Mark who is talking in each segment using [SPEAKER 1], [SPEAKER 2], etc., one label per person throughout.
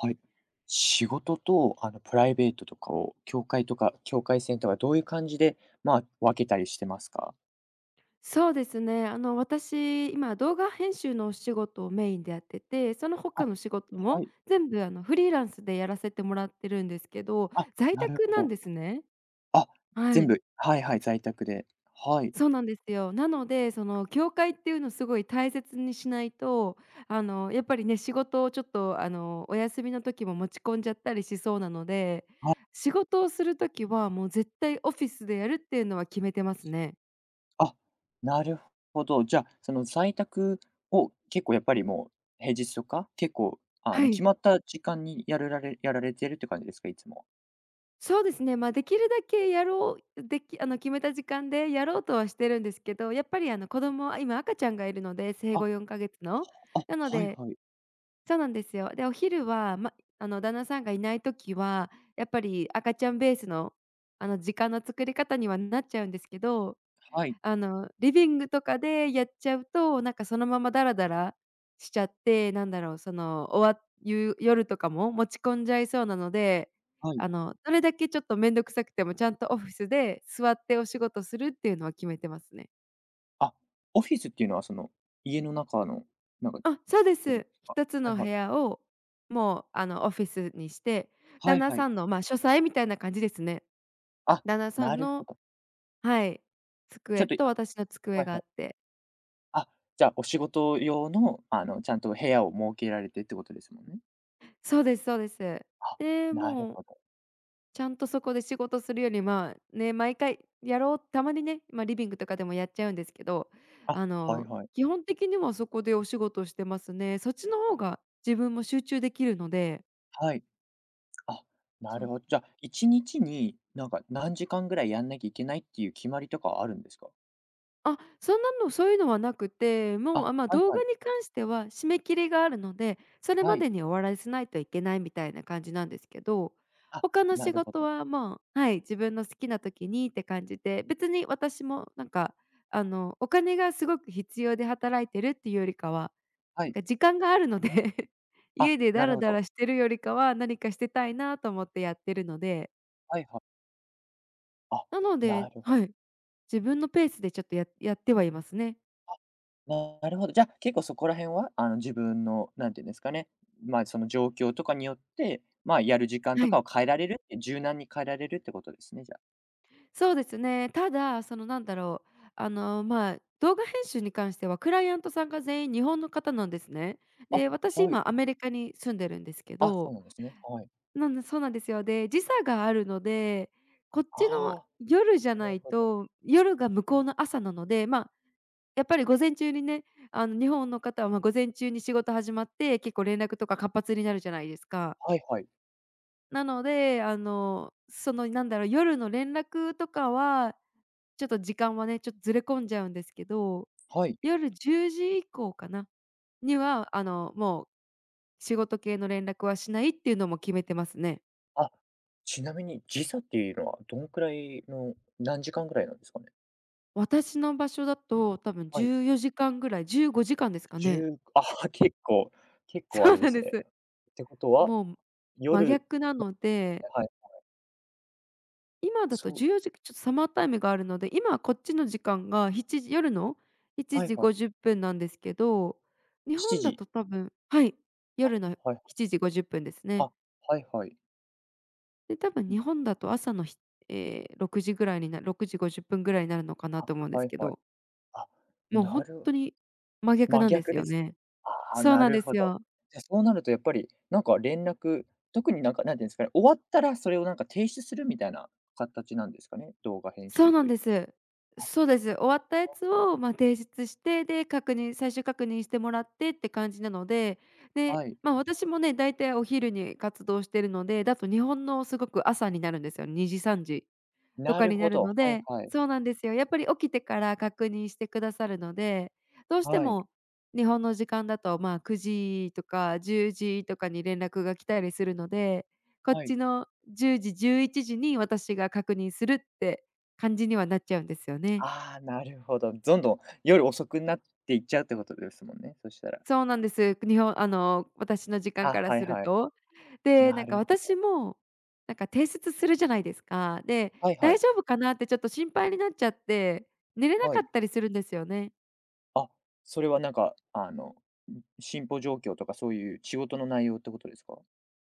[SPEAKER 1] はい。仕事と、プライベートとかを、境界とか境界線とかどういう感じで、まあ、分けたりしてますか？
[SPEAKER 2] そうですね。私、今動画編集のお仕事をメインでやってて、その他
[SPEAKER 1] あ、
[SPEAKER 2] の仕事
[SPEAKER 1] は
[SPEAKER 2] も
[SPEAKER 1] い。
[SPEAKER 2] 全部フリーランスでやらせてもらってるんですけど、
[SPEAKER 1] あ、
[SPEAKER 2] 在
[SPEAKER 1] なる
[SPEAKER 2] 宅
[SPEAKER 1] ほ
[SPEAKER 2] なん
[SPEAKER 1] ど。
[SPEAKER 2] ですね。
[SPEAKER 1] あ、
[SPEAKER 2] は
[SPEAKER 1] 全
[SPEAKER 2] い。
[SPEAKER 1] 部、はいはい、在宅で。はい。
[SPEAKER 2] そうなんですよ。なので、その境界っていうのをすごい大切にしないと、やっぱりね、仕事をちょっとお休みの時も持ち込んじゃったりしそうなので、仕事をする時はもう絶対オフィスでやるっていうのは決めてますね。
[SPEAKER 1] あ、なるほど。じゃ、あその在宅を結構やっぱりもう、平日とか、結構、
[SPEAKER 2] はい。
[SPEAKER 1] 決まった時間にやられてるって感じですか？いつも。
[SPEAKER 2] そうですね、まあ、できるだけやろうできあの、決めた時間でやろうとはしてるんですけど、やっぱり子供は今赤ちゃんがいるので、生後
[SPEAKER 1] あ、
[SPEAKER 2] 4か月の。
[SPEAKER 1] あ、
[SPEAKER 2] なの
[SPEAKER 1] はい
[SPEAKER 2] で、
[SPEAKER 1] はい。
[SPEAKER 2] そうなんですよ。で、お昼は、ま、あの、旦那さんがいない時は、やっぱり赤ちゃんベースの、時間の作り方にはなっちゃうんですけど、
[SPEAKER 1] はい
[SPEAKER 2] リビングとかでやっちゃうと、なんかそのままダラダラしちゃって、なんだろう、終わゆ夜とかも持ち込んじゃいそうなので、
[SPEAKER 1] はい。
[SPEAKER 2] どれだけちょっと面倒くさくてもちゃんとオフィスで座ってお仕事するっていうのは決めてますね。
[SPEAKER 1] あ、オフィスっていうのはその、家の中の、なんか、
[SPEAKER 2] あ、そうで
[SPEAKER 1] そうで
[SPEAKER 2] す。
[SPEAKER 1] すか？
[SPEAKER 2] 一つ
[SPEAKER 1] はい
[SPEAKER 2] の部
[SPEAKER 1] はい。
[SPEAKER 2] 屋を、もう、オフィスにして、
[SPEAKER 1] は
[SPEAKER 2] 旦
[SPEAKER 1] い
[SPEAKER 2] 那
[SPEAKER 1] は
[SPEAKER 2] さ
[SPEAKER 1] い。
[SPEAKER 2] んの、書斎みたいな感じですね。
[SPEAKER 1] あ、
[SPEAKER 2] 旦那さ
[SPEAKER 1] な
[SPEAKER 2] ん
[SPEAKER 1] るほ
[SPEAKER 2] の、
[SPEAKER 1] ど。
[SPEAKER 2] はい、
[SPEAKER 1] ちょっ
[SPEAKER 2] 机
[SPEAKER 1] と、
[SPEAKER 2] と
[SPEAKER 1] あ、
[SPEAKER 2] 私の机
[SPEAKER 1] はい
[SPEAKER 2] があ
[SPEAKER 1] はい。
[SPEAKER 2] って。
[SPEAKER 1] あ、じゃあお仕事用の、ちゃんと部屋を設けられてってことですもんね。
[SPEAKER 2] そうです、そうです。
[SPEAKER 1] あ、
[SPEAKER 2] で、
[SPEAKER 1] なる
[SPEAKER 2] もう、
[SPEAKER 1] ほど。
[SPEAKER 2] ちゃんとそこで仕事するより、まあ、ね、毎回やろうたまにね、まあ、リビングとかでもやっちゃうんですけど、
[SPEAKER 1] あ、
[SPEAKER 2] あ
[SPEAKER 1] はい
[SPEAKER 2] の、
[SPEAKER 1] はい。
[SPEAKER 2] 基本的にはそこでお仕事をしてますね。そっちの方が自分も集中できるので。
[SPEAKER 1] はい。あ、なるほど。じゃあ、1日になんか何時間ぐらいやんなきゃいけないっていう決まりとかはあるんですか？
[SPEAKER 2] あ、そんなの、そういうのはなくて、もう、
[SPEAKER 1] あ、
[SPEAKER 2] まあ、
[SPEAKER 1] はい
[SPEAKER 2] 動
[SPEAKER 1] は
[SPEAKER 2] 画
[SPEAKER 1] い。
[SPEAKER 2] に関しては締め切りがあるので、それ
[SPEAKER 1] は
[SPEAKER 2] ま
[SPEAKER 1] い。
[SPEAKER 2] でに終わらせないといけないみたいな感じなんですけど、
[SPEAKER 1] あ、
[SPEAKER 2] 他の
[SPEAKER 1] な
[SPEAKER 2] 仕
[SPEAKER 1] るほ
[SPEAKER 2] 事
[SPEAKER 1] ど。
[SPEAKER 2] はまあ、はい、自分の好きな時にって感じで、別に私もなんか、お金がすごく必要で働いてるっていうよりかは、
[SPEAKER 1] は
[SPEAKER 2] なん
[SPEAKER 1] い。
[SPEAKER 2] か時間があるので
[SPEAKER 1] あ、
[SPEAKER 2] 家でダ
[SPEAKER 1] なる
[SPEAKER 2] ラ
[SPEAKER 1] ほ
[SPEAKER 2] ダ
[SPEAKER 1] ど。
[SPEAKER 2] ラしてるよりかは、何かしてたいなと思ってやってるので、
[SPEAKER 1] はいはい。あ、
[SPEAKER 2] なので、
[SPEAKER 1] なるほど
[SPEAKER 2] はい、自分のペースでちょっとやってはいますね。
[SPEAKER 1] なるほど。じゃあ、結構そこら辺は、自分の、なんていうんですかね、まあ、その状況とかによって、まあ、やる時間
[SPEAKER 2] は
[SPEAKER 1] とか
[SPEAKER 2] い。
[SPEAKER 1] を変えられるって柔軟に変えられるってことですね、じゃ
[SPEAKER 2] そうですね。ただ、その、なんだろう、まあ、動画編集に関してはクライアントさんが全員日本の方なんですね。
[SPEAKER 1] あ。
[SPEAKER 2] で、私
[SPEAKER 1] あ、はい。
[SPEAKER 2] 今アメリカに住んでるんですけ
[SPEAKER 1] あ、そ
[SPEAKER 2] ど、
[SPEAKER 1] うなんですね。はい。
[SPEAKER 2] なんで、そうなんですよ。で、時差があるので、こっちの
[SPEAKER 1] ああ、
[SPEAKER 2] 夜じゃ
[SPEAKER 1] な
[SPEAKER 2] な
[SPEAKER 1] る
[SPEAKER 2] い
[SPEAKER 1] ほど。
[SPEAKER 2] と、夜が向こうの朝なので、まあ、やっぱり午前中にね、日本の方は、ま、午前中に仕事始まって、結構連絡とか活発になるじゃないですか。
[SPEAKER 1] はいはい。
[SPEAKER 2] なので、その、なんだろう、夜の連絡とかはちょっと時間はね、ちょっとずれ込んじゃうんですけど、
[SPEAKER 1] はい。
[SPEAKER 2] 夜10時以降かな、には、もう仕事系の連絡はしないっていうのも決めてますね。
[SPEAKER 1] あ、ちなみに時差っていうのはどんくらいの、何時間ぐらいなんですかね？
[SPEAKER 2] 私の場所だと多分
[SPEAKER 1] はい。
[SPEAKER 2] 14時間ぐらい、15時間ですかね。
[SPEAKER 1] 10あ、結構、結 構あ
[SPEAKER 2] そう
[SPEAKER 1] れで
[SPEAKER 2] なん
[SPEAKER 1] す
[SPEAKER 2] で
[SPEAKER 1] ね。
[SPEAKER 2] す。
[SPEAKER 1] ってことは、
[SPEAKER 2] もう真
[SPEAKER 1] 夜
[SPEAKER 2] 逆なので、
[SPEAKER 1] はい、
[SPEAKER 2] 今だと
[SPEAKER 1] そう
[SPEAKER 2] 14時、ちょっとサマータイムがあるので、今はこっちの時間が7時夜の7
[SPEAKER 1] はい
[SPEAKER 2] 時
[SPEAKER 1] はい。
[SPEAKER 2] 50分なんですけど、日
[SPEAKER 1] 7
[SPEAKER 2] 本だ
[SPEAKER 1] 時。
[SPEAKER 2] と多分、はい、夜の
[SPEAKER 1] はい。
[SPEAKER 2] 7時50分ですね。
[SPEAKER 1] あ、はいはい。
[SPEAKER 2] で、多分日本だと朝のひええ、6時ぐらいに6時50分ぐらいになるのかな
[SPEAKER 1] あ、
[SPEAKER 2] と思うんで
[SPEAKER 1] は
[SPEAKER 2] す
[SPEAKER 1] い
[SPEAKER 2] け
[SPEAKER 1] はい。
[SPEAKER 2] ど、
[SPEAKER 1] あ、
[SPEAKER 2] もう
[SPEAKER 1] な
[SPEAKER 2] 本
[SPEAKER 1] る
[SPEAKER 2] 当に真逆
[SPEAKER 1] 真
[SPEAKER 2] なんです
[SPEAKER 1] 逆
[SPEAKER 2] よ
[SPEAKER 1] です
[SPEAKER 2] ね。
[SPEAKER 1] ね。ああ、
[SPEAKER 2] そう
[SPEAKER 1] な
[SPEAKER 2] なん
[SPEAKER 1] る
[SPEAKER 2] で
[SPEAKER 1] ほ
[SPEAKER 2] す
[SPEAKER 1] ど。
[SPEAKER 2] よ。
[SPEAKER 1] じゃ、そうなるとやっぱり、なんか連絡、特になんか、なんていうんですかね、終わったらそれをなんか提出するみたいな形なんですかね？動画編
[SPEAKER 2] そう
[SPEAKER 1] 集
[SPEAKER 2] なん
[SPEAKER 1] といっ
[SPEAKER 2] で
[SPEAKER 1] て
[SPEAKER 2] す。
[SPEAKER 1] も。あ、
[SPEAKER 2] そうです。終わったやつを、まあ、提出して、で、最終確認してもらってって感じなので、で、
[SPEAKER 1] はい。
[SPEAKER 2] まあ、私もね、だいたいお昼に活動してるので、だと日本のすごく朝になるんですよ、2時、3時。と
[SPEAKER 1] な
[SPEAKER 2] か
[SPEAKER 1] る
[SPEAKER 2] にな
[SPEAKER 1] ほ
[SPEAKER 2] る
[SPEAKER 1] ど。
[SPEAKER 2] の
[SPEAKER 1] はい
[SPEAKER 2] で、
[SPEAKER 1] はい。
[SPEAKER 2] そうなんですよ。やっぱり起きてから確認してくださるので、どうして
[SPEAKER 1] はい。
[SPEAKER 2] も日本の時間だと、まあ、9時とか10時とかに連絡が来たりするので、こっ
[SPEAKER 1] はい。
[SPEAKER 2] ちの10時、11時に私が確認するって感じにはなっちゃうんですよね。
[SPEAKER 1] ああ、なるほど。どんどん夜遅くなっていっちゃうってことですもんね、そしたら。
[SPEAKER 2] そうなんです。日本あの、私の時間
[SPEAKER 1] あ、
[SPEAKER 2] から
[SPEAKER 1] は
[SPEAKER 2] す
[SPEAKER 1] い
[SPEAKER 2] る
[SPEAKER 1] はい。
[SPEAKER 2] と。で、な
[SPEAKER 1] な
[SPEAKER 2] んか
[SPEAKER 1] るほ
[SPEAKER 2] 私
[SPEAKER 1] ど。
[SPEAKER 2] も、なんか提出するじゃないですか。で、
[SPEAKER 1] はいは
[SPEAKER 2] 大
[SPEAKER 1] い。
[SPEAKER 2] 丈夫かなってちょっと心配になっちゃって、寝れな
[SPEAKER 1] は
[SPEAKER 2] か
[SPEAKER 1] い。
[SPEAKER 2] ったりするんですよね。
[SPEAKER 1] あ、それはなんか、進歩状況とかそういう仕事の内容ってことですか？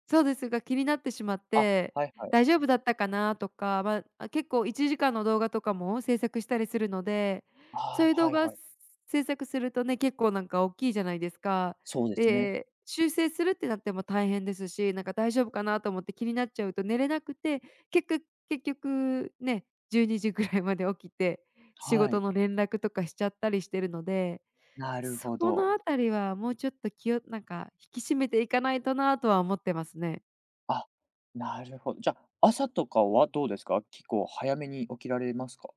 [SPEAKER 2] そうですが、気になってしまっ
[SPEAKER 1] あ、
[SPEAKER 2] て、
[SPEAKER 1] はいはい。
[SPEAKER 2] 大丈夫だったかなとか、結構1時間の動画とかも制作したりするので、そ
[SPEAKER 1] あ
[SPEAKER 2] ういう
[SPEAKER 1] あ、
[SPEAKER 2] 動
[SPEAKER 1] はい
[SPEAKER 2] 画
[SPEAKER 1] はい。
[SPEAKER 2] 制作するとね、結構なんか大きいじゃないですか。
[SPEAKER 1] そうですね。
[SPEAKER 2] で、修正するってなっても大変ですし、なんか大丈夫かなと思って気になっちゃうと寝れなくて、結局結局ね、12時ぐらいまで起きて、仕
[SPEAKER 1] は
[SPEAKER 2] 事
[SPEAKER 1] い。
[SPEAKER 2] の連絡とかしちゃったりしてるので、
[SPEAKER 1] なる
[SPEAKER 2] そ
[SPEAKER 1] ほ
[SPEAKER 2] この
[SPEAKER 1] ど。
[SPEAKER 2] あたりはもうちょっと気をなんか引き締めていかないとなとは思ってますね。
[SPEAKER 1] あ、なるほど。じゃ、あ朝とかはどうですか？結構早めに起きられますか？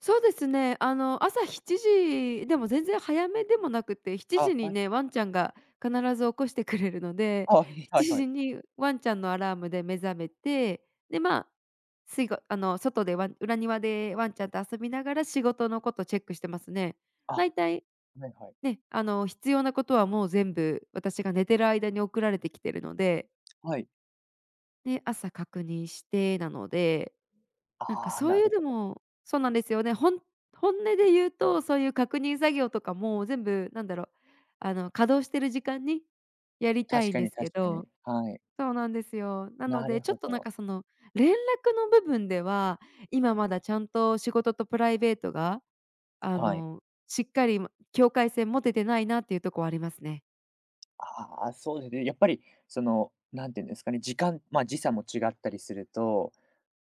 [SPEAKER 2] そうですね。朝7時でも全然早めでもなくて、7
[SPEAKER 1] あ、
[SPEAKER 2] 時に
[SPEAKER 1] はい。
[SPEAKER 2] ね、ワンちゃんが必ず起こしてくれるので、
[SPEAKER 1] あ、はいは
[SPEAKER 2] 7
[SPEAKER 1] いは
[SPEAKER 2] 時
[SPEAKER 1] い。
[SPEAKER 2] にワンちゃんのアラームで目覚めて、で、まあ、水があの、外でワン裏庭でワンちゃんと遊びながら仕事のことチェックしてますね。
[SPEAKER 1] あ、
[SPEAKER 2] 大体
[SPEAKER 1] はいはい。
[SPEAKER 2] ね、必要なことはもう全部私が寝てる間に送られてきてるので、
[SPEAKER 1] はい。
[SPEAKER 2] で、朝確認して、なので、なんか
[SPEAKER 1] ああ、
[SPEAKER 2] そう
[SPEAKER 1] な
[SPEAKER 2] いう、
[SPEAKER 1] る
[SPEAKER 2] で
[SPEAKER 1] ほど。
[SPEAKER 2] も、そうなんですよね。本音で言うと、そういう確認作業とかも全部、なんだろう、稼働してる時間にやりた
[SPEAKER 1] 確
[SPEAKER 2] いん
[SPEAKER 1] か
[SPEAKER 2] で
[SPEAKER 1] に
[SPEAKER 2] す
[SPEAKER 1] 確
[SPEAKER 2] け
[SPEAKER 1] かに。
[SPEAKER 2] ど、
[SPEAKER 1] はい。
[SPEAKER 2] そうなんですよ。なの
[SPEAKER 1] な
[SPEAKER 2] で、
[SPEAKER 1] る
[SPEAKER 2] ちょっ
[SPEAKER 1] ほ
[SPEAKER 2] となん
[SPEAKER 1] ど。
[SPEAKER 2] かその、連絡の部分では、今まだちゃんと仕事とプライベートが、あ
[SPEAKER 1] はい。
[SPEAKER 2] の、しっかり、境界線持ててないなっていうとこはありますね。
[SPEAKER 1] ああ、そうですね。やっぱりその、なんていうんですかね、時間ま、時差も違ったりすると、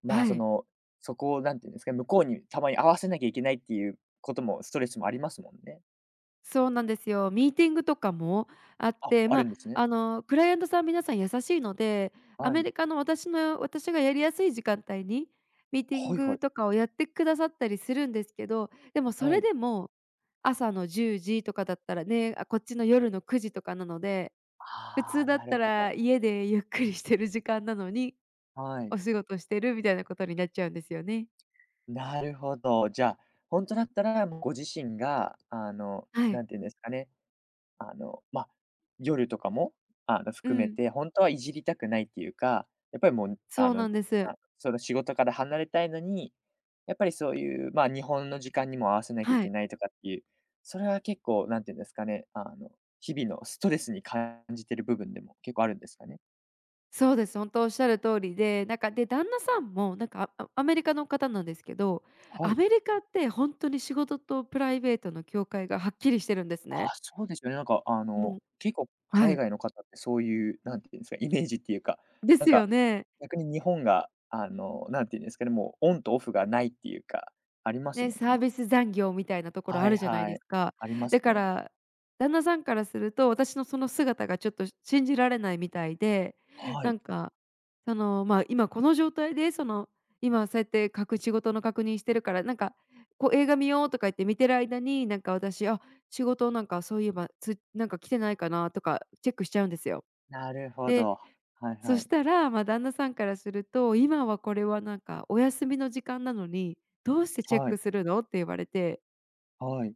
[SPEAKER 1] まあ、
[SPEAKER 2] は
[SPEAKER 1] そ
[SPEAKER 2] い。
[SPEAKER 1] の、そこをなんていうんですかね、向こうにたまに合わせなきゃいけないっていうことも、ストレスもありますもんね。
[SPEAKER 2] そうなんですよ。ミーティングとかもあっ
[SPEAKER 1] あ、
[SPEAKER 2] て、
[SPEAKER 1] あ
[SPEAKER 2] ま
[SPEAKER 1] るんですね。
[SPEAKER 2] あ、クライアントさん皆さん優しいので、ア
[SPEAKER 1] は
[SPEAKER 2] メ
[SPEAKER 1] い。
[SPEAKER 2] リカの私がやりやすい時間帯にミーティン
[SPEAKER 1] はい
[SPEAKER 2] グ
[SPEAKER 1] はい。
[SPEAKER 2] とかをやってくださったりするんですけど、でもそ
[SPEAKER 1] は
[SPEAKER 2] れ
[SPEAKER 1] い。
[SPEAKER 2] でも朝の10時とかだったらね、あ、こっちの夜の9時とかなので、普
[SPEAKER 1] あ
[SPEAKER 2] 通
[SPEAKER 1] あ、
[SPEAKER 2] だ
[SPEAKER 1] な
[SPEAKER 2] っ
[SPEAKER 1] る
[SPEAKER 2] た
[SPEAKER 1] ほど。
[SPEAKER 2] ら家でゆっくりしてる時間なのに、
[SPEAKER 1] はい。
[SPEAKER 2] お仕事してるみたいなことになっちゃうんですよね。
[SPEAKER 1] なるほど。じゃあ、本当だったら、もうご自身があの、
[SPEAKER 2] はい。
[SPEAKER 1] なんていうんですかねまあ、夜とかも、
[SPEAKER 2] う
[SPEAKER 1] 含め
[SPEAKER 2] ん、
[SPEAKER 1] て、本当はいじりたくないっていうか、やっぱりもう、
[SPEAKER 2] そうなんです。
[SPEAKER 1] あ、その仕事から離れたいのに、やっぱりそういう、まあ、日本の時間にも合わせなきゃい
[SPEAKER 2] は
[SPEAKER 1] け
[SPEAKER 2] い。
[SPEAKER 1] ないとかっていう、それは結構何て言うんですかね、日々のストレスに感じてる部分でも結構あるんですかね？
[SPEAKER 2] そうです。本当おっしゃる通りで、なんか、で、旦那さんも、なんか、アメリカの方なんですけど、
[SPEAKER 1] は
[SPEAKER 2] ア
[SPEAKER 1] い。
[SPEAKER 2] メリカって本当に仕事とプライベートの境界がはっきりしてるんです
[SPEAKER 1] あ、
[SPEAKER 2] ね。
[SPEAKER 1] そうですよね。なんか、
[SPEAKER 2] もう、
[SPEAKER 1] 結構
[SPEAKER 2] は
[SPEAKER 1] 海
[SPEAKER 2] い、
[SPEAKER 1] 外の方ってそういう、なんていうんですか、イメージっていうか、
[SPEAKER 2] で
[SPEAKER 1] な
[SPEAKER 2] す
[SPEAKER 1] んか、
[SPEAKER 2] よね。
[SPEAKER 1] 逆に日本が、なんていうんですかね、もうオンとオフがないっていうか、あります
[SPEAKER 2] ね、
[SPEAKER 1] もん
[SPEAKER 2] サー
[SPEAKER 1] ね。
[SPEAKER 2] ビス残業みたいなところあ
[SPEAKER 1] はい
[SPEAKER 2] るじゃない
[SPEAKER 1] は
[SPEAKER 2] です
[SPEAKER 1] い。
[SPEAKER 2] か。
[SPEAKER 1] ありま
[SPEAKER 2] だ
[SPEAKER 1] す
[SPEAKER 2] か
[SPEAKER 1] ね。
[SPEAKER 2] ら、旦那さんからすると、私のその姿がちょっと信じられないみたいで、
[SPEAKER 1] は
[SPEAKER 2] な
[SPEAKER 1] い。
[SPEAKER 2] んか、その、まあ、今この状態で、その、今そうやって書く仕事の確認してるから、なんか、こう映画見ようとか言って見てる間に、なんか私、あ、仕事、なんかそういえば、なんか来てないかなとかチェックしちゃうんですよ。
[SPEAKER 1] なるほ
[SPEAKER 2] で
[SPEAKER 1] ど。はい
[SPEAKER 2] そ
[SPEAKER 1] は
[SPEAKER 2] し
[SPEAKER 1] い。
[SPEAKER 2] たら、まあ、旦那さんからすると、今はこれはなんかお休みの時間なのに、どうしてチェッ
[SPEAKER 1] は
[SPEAKER 2] ク
[SPEAKER 1] い。
[SPEAKER 2] するのって言われて、
[SPEAKER 1] はい。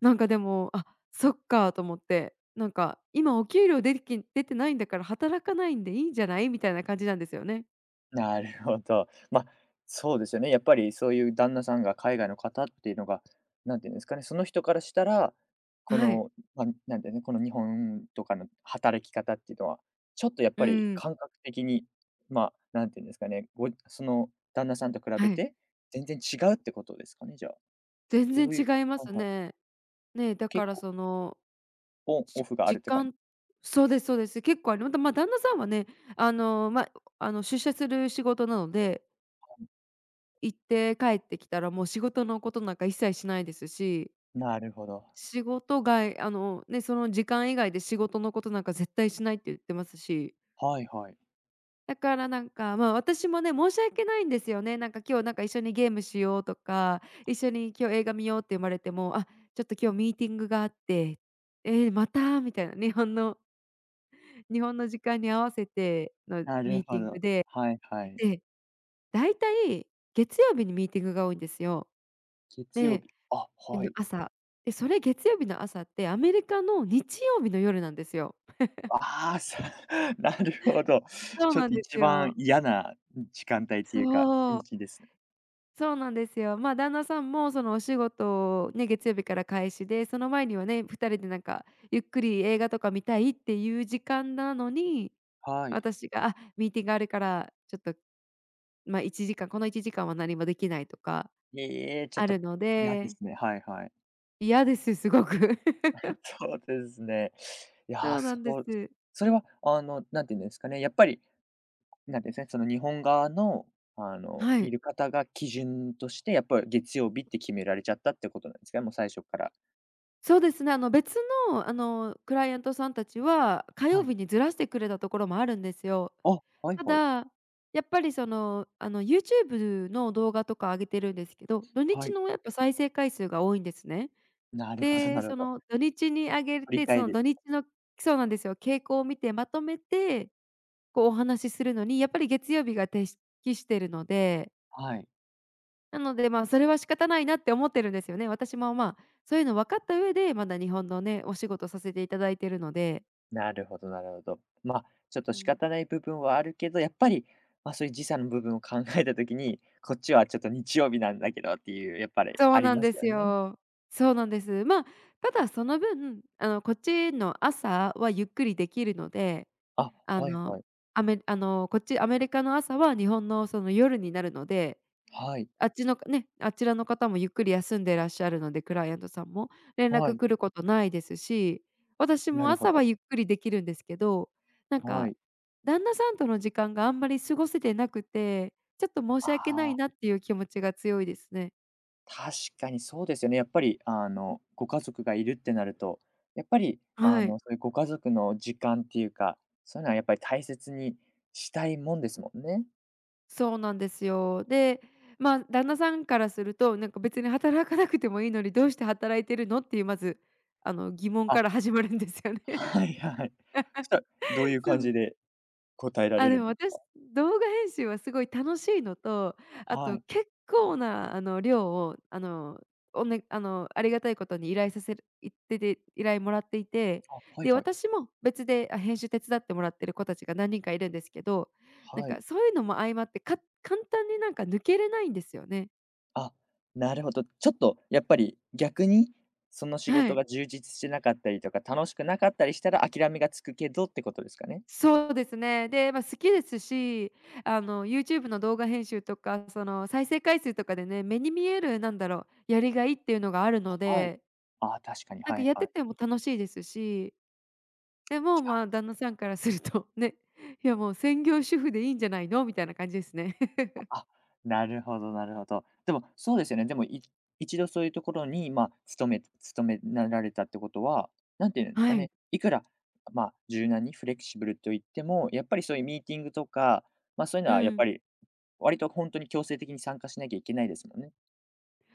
[SPEAKER 2] なんかでも、あ、そっかと思って、なんか今お給料出てないんだから働かないんでいいんじゃないみたいな感じなんですよね。
[SPEAKER 1] なるほど。まあ、そうですよね。やっぱりそういう旦那さんが海外の方っていうのが、なんていうんですかね、その人からしたら、こ
[SPEAKER 2] はい。
[SPEAKER 1] の、まあ、なんでね、この日本とかの働き方っていうのは、ちょっとやっ
[SPEAKER 2] う
[SPEAKER 1] ぱり
[SPEAKER 2] ん。
[SPEAKER 1] 感覚的に、まあ、なんていうんですかね、ごその旦那さんと比
[SPEAKER 2] は
[SPEAKER 1] べ
[SPEAKER 2] い。
[SPEAKER 1] て、全然違うってことですかね、じゃあ。
[SPEAKER 2] 全
[SPEAKER 1] どういう
[SPEAKER 2] 然違いま
[SPEAKER 1] はい
[SPEAKER 2] す
[SPEAKER 1] はい。
[SPEAKER 2] ね。ね、だか
[SPEAKER 1] 結
[SPEAKER 2] ら
[SPEAKER 1] 構
[SPEAKER 2] その、
[SPEAKER 1] オンオ
[SPEAKER 2] じ
[SPEAKER 1] フがあ
[SPEAKER 2] 時
[SPEAKER 1] るって感じ。
[SPEAKER 2] 間そうです、そうです。結構ありまた、ま、旦那さんはね、あの、ま、あの、出社する仕事なので、行って帰ってきたら、もう仕事のことなんか一切しないですし、
[SPEAKER 1] なるほど。
[SPEAKER 2] 仕事外あの、ね、その時間以外で仕事のことなんか絶対しないって言ってますし、
[SPEAKER 1] はいはい。
[SPEAKER 2] だからなんか、まあ、私もね、申し訳ないんですよね。なんか今日なんか一緒にゲームしようとか、一緒に今日映画見ようって言われても、あ、ちょっと今日ミーティングがあって、えーまたみたいな、日本の時間に合わせての
[SPEAKER 1] なる
[SPEAKER 2] ミーテ
[SPEAKER 1] ほ
[SPEAKER 2] ィング
[SPEAKER 1] ど。
[SPEAKER 2] で、
[SPEAKER 1] はいはい。
[SPEAKER 2] で、大体月曜日にミーティングが多いんですよ。
[SPEAKER 1] 月曜
[SPEAKER 2] で
[SPEAKER 1] 日あ、
[SPEAKER 2] 日
[SPEAKER 1] は
[SPEAKER 2] の
[SPEAKER 1] い。
[SPEAKER 2] 朝、で、それ月曜日の朝ってアメリカの日曜日の夜なんですよ。
[SPEAKER 1] ああ、なるほど。
[SPEAKER 2] そう
[SPEAKER 1] ちょっ
[SPEAKER 2] なん
[SPEAKER 1] と
[SPEAKER 2] です
[SPEAKER 1] 一番
[SPEAKER 2] よ。
[SPEAKER 1] 嫌な、時間帯っ
[SPEAKER 2] そ
[SPEAKER 1] ていうか、日に
[SPEAKER 2] う、
[SPEAKER 1] ちですね。
[SPEAKER 2] そうなんですよ。まあ、旦那さんもそのお仕事をね、月曜日から開始で、その前にはね、2人でなんかゆっくり映画とか見たいっていう時間なのに、
[SPEAKER 1] はい。
[SPEAKER 2] 私が、あ、ミーティングあるからちょっと、まあ、1時間この1時間は何もできないとか
[SPEAKER 1] ええ、ちょっ
[SPEAKER 2] あ
[SPEAKER 1] と
[SPEAKER 2] るの
[SPEAKER 1] 嫌で
[SPEAKER 2] で、
[SPEAKER 1] すね。はいはい。
[SPEAKER 2] 嫌です、すごく。
[SPEAKER 1] そうですね。いや
[SPEAKER 2] そ
[SPEAKER 1] ー、
[SPEAKER 2] うな
[SPEAKER 1] そ
[SPEAKER 2] んです。
[SPEAKER 1] うそれはあの、なんていうんですかね、やっぱり、なんていうんですかね、その日本側の、
[SPEAKER 2] は
[SPEAKER 1] い
[SPEAKER 2] い。
[SPEAKER 1] る方が基準として、やっぱり月曜日って決められちゃったってことなんですかね、もう最初から。
[SPEAKER 2] そうですね、あの、別の、クライアントさんたちは、火
[SPEAKER 1] は
[SPEAKER 2] 曜
[SPEAKER 1] い。
[SPEAKER 2] 日にずらしてくれたところもあるんですよ。
[SPEAKER 1] あ、はい
[SPEAKER 2] た
[SPEAKER 1] はい。
[SPEAKER 2] だ、やっぱりその、YouTube の動画とか上げてるんですけど、土
[SPEAKER 1] は
[SPEAKER 2] 日
[SPEAKER 1] い。
[SPEAKER 2] のやっぱ再生回数が多いんですね。
[SPEAKER 1] なるほど
[SPEAKER 2] で、
[SPEAKER 1] なる
[SPEAKER 2] そ
[SPEAKER 1] ほど。
[SPEAKER 2] の土日に上げ
[SPEAKER 1] 振り
[SPEAKER 2] て、
[SPEAKER 1] 返
[SPEAKER 2] その
[SPEAKER 1] りで
[SPEAKER 2] 土
[SPEAKER 1] す
[SPEAKER 2] 日のそうなんですよ、傾向を見てまとめて、こうお話しするのに、やっぱり月曜日が適してるので、
[SPEAKER 1] はい。
[SPEAKER 2] なので、まあ、それは仕方ないなって思ってるんですよね。私も、まあ、そういうの分かった上で、まだ日本のね、お仕事させていただいてるので。
[SPEAKER 1] なるほどなるほど。ま、あ、ちょっと
[SPEAKER 2] う
[SPEAKER 1] 仕
[SPEAKER 2] ん。
[SPEAKER 1] 方ない部分はあるけど、やっぱり、まあ、そういう時差の部分を考えたときに、こっちはちょっと日曜日なんだけどっていう、やっぱり
[SPEAKER 2] そう
[SPEAKER 1] あり
[SPEAKER 2] なん
[SPEAKER 1] ま
[SPEAKER 2] で
[SPEAKER 1] す
[SPEAKER 2] す
[SPEAKER 1] よね。
[SPEAKER 2] よ。そうなんです。まあ、ただその分、あの、こっちの朝はゆっくりできるので、
[SPEAKER 1] あ、
[SPEAKER 2] あ
[SPEAKER 1] はい
[SPEAKER 2] の、
[SPEAKER 1] はい。
[SPEAKER 2] アメあの、こっちアメリカの朝は日本のその夜になるので、
[SPEAKER 1] はい、
[SPEAKER 2] あっちのね、あちらの方もゆっくり休んでらっしゃるので、クライアントさんも、連
[SPEAKER 1] は
[SPEAKER 2] 絡
[SPEAKER 1] い、
[SPEAKER 2] 来ることないですし、私
[SPEAKER 1] な
[SPEAKER 2] も
[SPEAKER 1] るほ
[SPEAKER 2] 朝は
[SPEAKER 1] ど。
[SPEAKER 2] ゆっくりできるんですけど、なん
[SPEAKER 1] は
[SPEAKER 2] か、
[SPEAKER 1] い。
[SPEAKER 2] 旦那さんとの時間があんまり過ごせてなくて、ちょっと申し
[SPEAKER 1] あ
[SPEAKER 2] 訳ない
[SPEAKER 1] あ、
[SPEAKER 2] なっていう気持ちが強いですね。
[SPEAKER 1] 確かにそうですよね。やっぱりあの、ご家族がいるってなると、やっぱりあ
[SPEAKER 2] はい、
[SPEAKER 1] の、そういうご家族の時間っていうか、そういうのはやっぱり大切にしたいもんですもんね。
[SPEAKER 2] そうなんですよ。で、ま、旦那さんからすると、なんか別に働かなくてもいいのに、どうして働いてるのっていうまず、あの、疑問
[SPEAKER 1] あ、
[SPEAKER 2] から始まるんですよね。
[SPEAKER 1] はいはい。そしたら、どういう
[SPEAKER 2] そ
[SPEAKER 1] 感
[SPEAKER 2] う。
[SPEAKER 1] じで答えら
[SPEAKER 2] あ、
[SPEAKER 1] れ
[SPEAKER 2] で
[SPEAKER 1] るん
[SPEAKER 2] も
[SPEAKER 1] です
[SPEAKER 2] 私、動画編集はすごい楽しいのと、あ
[SPEAKER 1] は
[SPEAKER 2] と
[SPEAKER 1] い。
[SPEAKER 2] 結構なあの量をあの、おねあの、ありがたいことに依頼させるいってて依頼もらっていて、
[SPEAKER 1] あ、はい
[SPEAKER 2] で、
[SPEAKER 1] はい。
[SPEAKER 2] 私も別で、あ、編集手伝ってもらってる子たちが何人かいるんですけど、なん
[SPEAKER 1] は
[SPEAKER 2] か
[SPEAKER 1] い。
[SPEAKER 2] そういうのも相まって、簡単になんか抜けれないんですよね。
[SPEAKER 1] あ、なるほど。ちょっとやっぱり逆に、その仕
[SPEAKER 2] は
[SPEAKER 1] 事
[SPEAKER 2] い。
[SPEAKER 1] が充実してなかったりとか、楽しくなかったりしたら諦めがつくけどってことですかね？
[SPEAKER 2] そうですね。で、まあ、好きですし、あの、YouTube の動画編集とか、その、再生回数とかでね、目に見える、なんだろう、やりがいっていうのがあるの
[SPEAKER 1] はい。
[SPEAKER 2] で、
[SPEAKER 1] あ、確かに、
[SPEAKER 2] なん
[SPEAKER 1] は
[SPEAKER 2] か
[SPEAKER 1] い
[SPEAKER 2] やって
[SPEAKER 1] はい。
[SPEAKER 2] ても楽しいですし、でも、
[SPEAKER 1] じ
[SPEAKER 2] まあ、
[SPEAKER 1] ゃ
[SPEAKER 2] 旦那さんからすると、ね、いやもう専業主婦でいいんじゃないのみたいな感じですね。
[SPEAKER 1] あ、あ、なるほどなるほど。でもそうですよね。でも、一度そういうところに、まあ、勤めなられたってことは、なんて言うんです
[SPEAKER 2] は
[SPEAKER 1] か
[SPEAKER 2] い。
[SPEAKER 1] ね、いくら、まあ、柔軟にフレキシブルと言っても、やっぱりそういうミーティングとか、まあ、そういう
[SPEAKER 2] う
[SPEAKER 1] のはやっぱ
[SPEAKER 2] ん。
[SPEAKER 1] り割と本当に強制的に参加しなきゃいけないですもんね。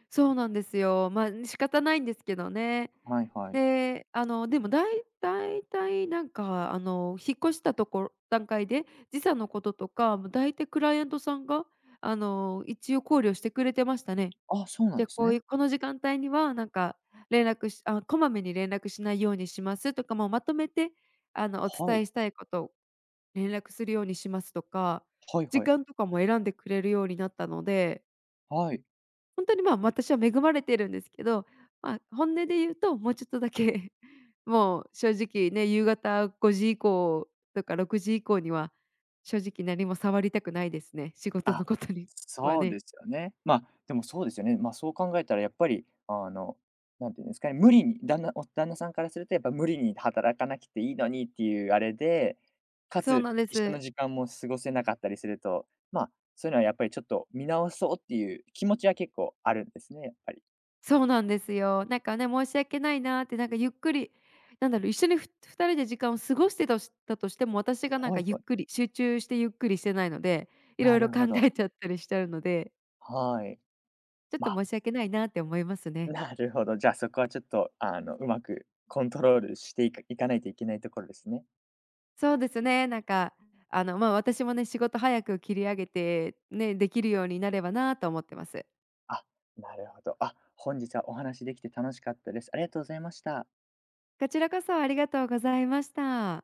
[SPEAKER 2] そうなんですよ。まあ、仕方ないんですけどね。
[SPEAKER 1] はいはい。
[SPEAKER 2] で、あの、でもだいたいなんか、あの、引っ越したところ段階で、時差のこととか、もう大体クライアントさんが、あの、一応考慮してくれてましたね。
[SPEAKER 1] あ、そうな
[SPEAKER 2] じ
[SPEAKER 1] ん
[SPEAKER 2] ゃ、
[SPEAKER 1] です
[SPEAKER 2] こうい
[SPEAKER 1] ね。
[SPEAKER 2] うこの時間帯にはなんか連絡しあ、こまめに連絡しないようにしますとか、もうまとめて、あの、お
[SPEAKER 1] は
[SPEAKER 2] 伝
[SPEAKER 1] い。
[SPEAKER 2] えしたいことを連絡するようにしますとか、
[SPEAKER 1] はい
[SPEAKER 2] 時
[SPEAKER 1] はい。
[SPEAKER 2] 間とかも選んでくれるようになったので、
[SPEAKER 1] はい。
[SPEAKER 2] 本当に、まあ、私は恵まれてるんですけど、まあ、本音で言うと、もうちょっとだけ もう正直ね、夕方5時以降とか6時以降には、正直何も触りたくないですね、仕事
[SPEAKER 1] あ、
[SPEAKER 2] のことに は
[SPEAKER 1] そう
[SPEAKER 2] ね。
[SPEAKER 1] ですよね。ま、あでもそうですよね。ま、あそう考えたらやっぱり、なんていうんですかね、無理に旦那さんからするとやっぱ無理に働かなくていいのにっていうあれで、か
[SPEAKER 2] そう
[SPEAKER 1] つ
[SPEAKER 2] なんで
[SPEAKER 1] 一緒
[SPEAKER 2] す。
[SPEAKER 1] の時間も過ごせなかったりすると、ま、あそういうのはやっぱりちょっと見直そうっていう気持ちは結構あるんですね、やっぱり。
[SPEAKER 2] そうなんですよ。なんかね、申し訳ないなーって、なんかゆっくり、なんだろう、一緒に2人で時間を過ごしてたとしても、私がなんか
[SPEAKER 1] はい
[SPEAKER 2] ゆっ
[SPEAKER 1] はい。
[SPEAKER 2] くり、集中してゆっくりしてないので、いろ
[SPEAKER 1] な
[SPEAKER 2] いろ
[SPEAKER 1] る
[SPEAKER 2] 考
[SPEAKER 1] ほど。
[SPEAKER 2] えちゃったりしてるので、
[SPEAKER 1] はい。
[SPEAKER 2] ちょっと
[SPEAKER 1] まあ
[SPEAKER 2] 申し訳ないなーって思いますね。
[SPEAKER 1] なるほど。じゃあ、そこはちょっと、うまくコントロールしていかないといけないところですね。
[SPEAKER 2] そうですね。なんか、私もね、仕事早く切り上げて、ね、できるようになればなと思ってます。
[SPEAKER 1] あ、なるほど。あ、本日はお話しできて楽しかったです。ありがとうございました。
[SPEAKER 2] こちらこそありがとうございました。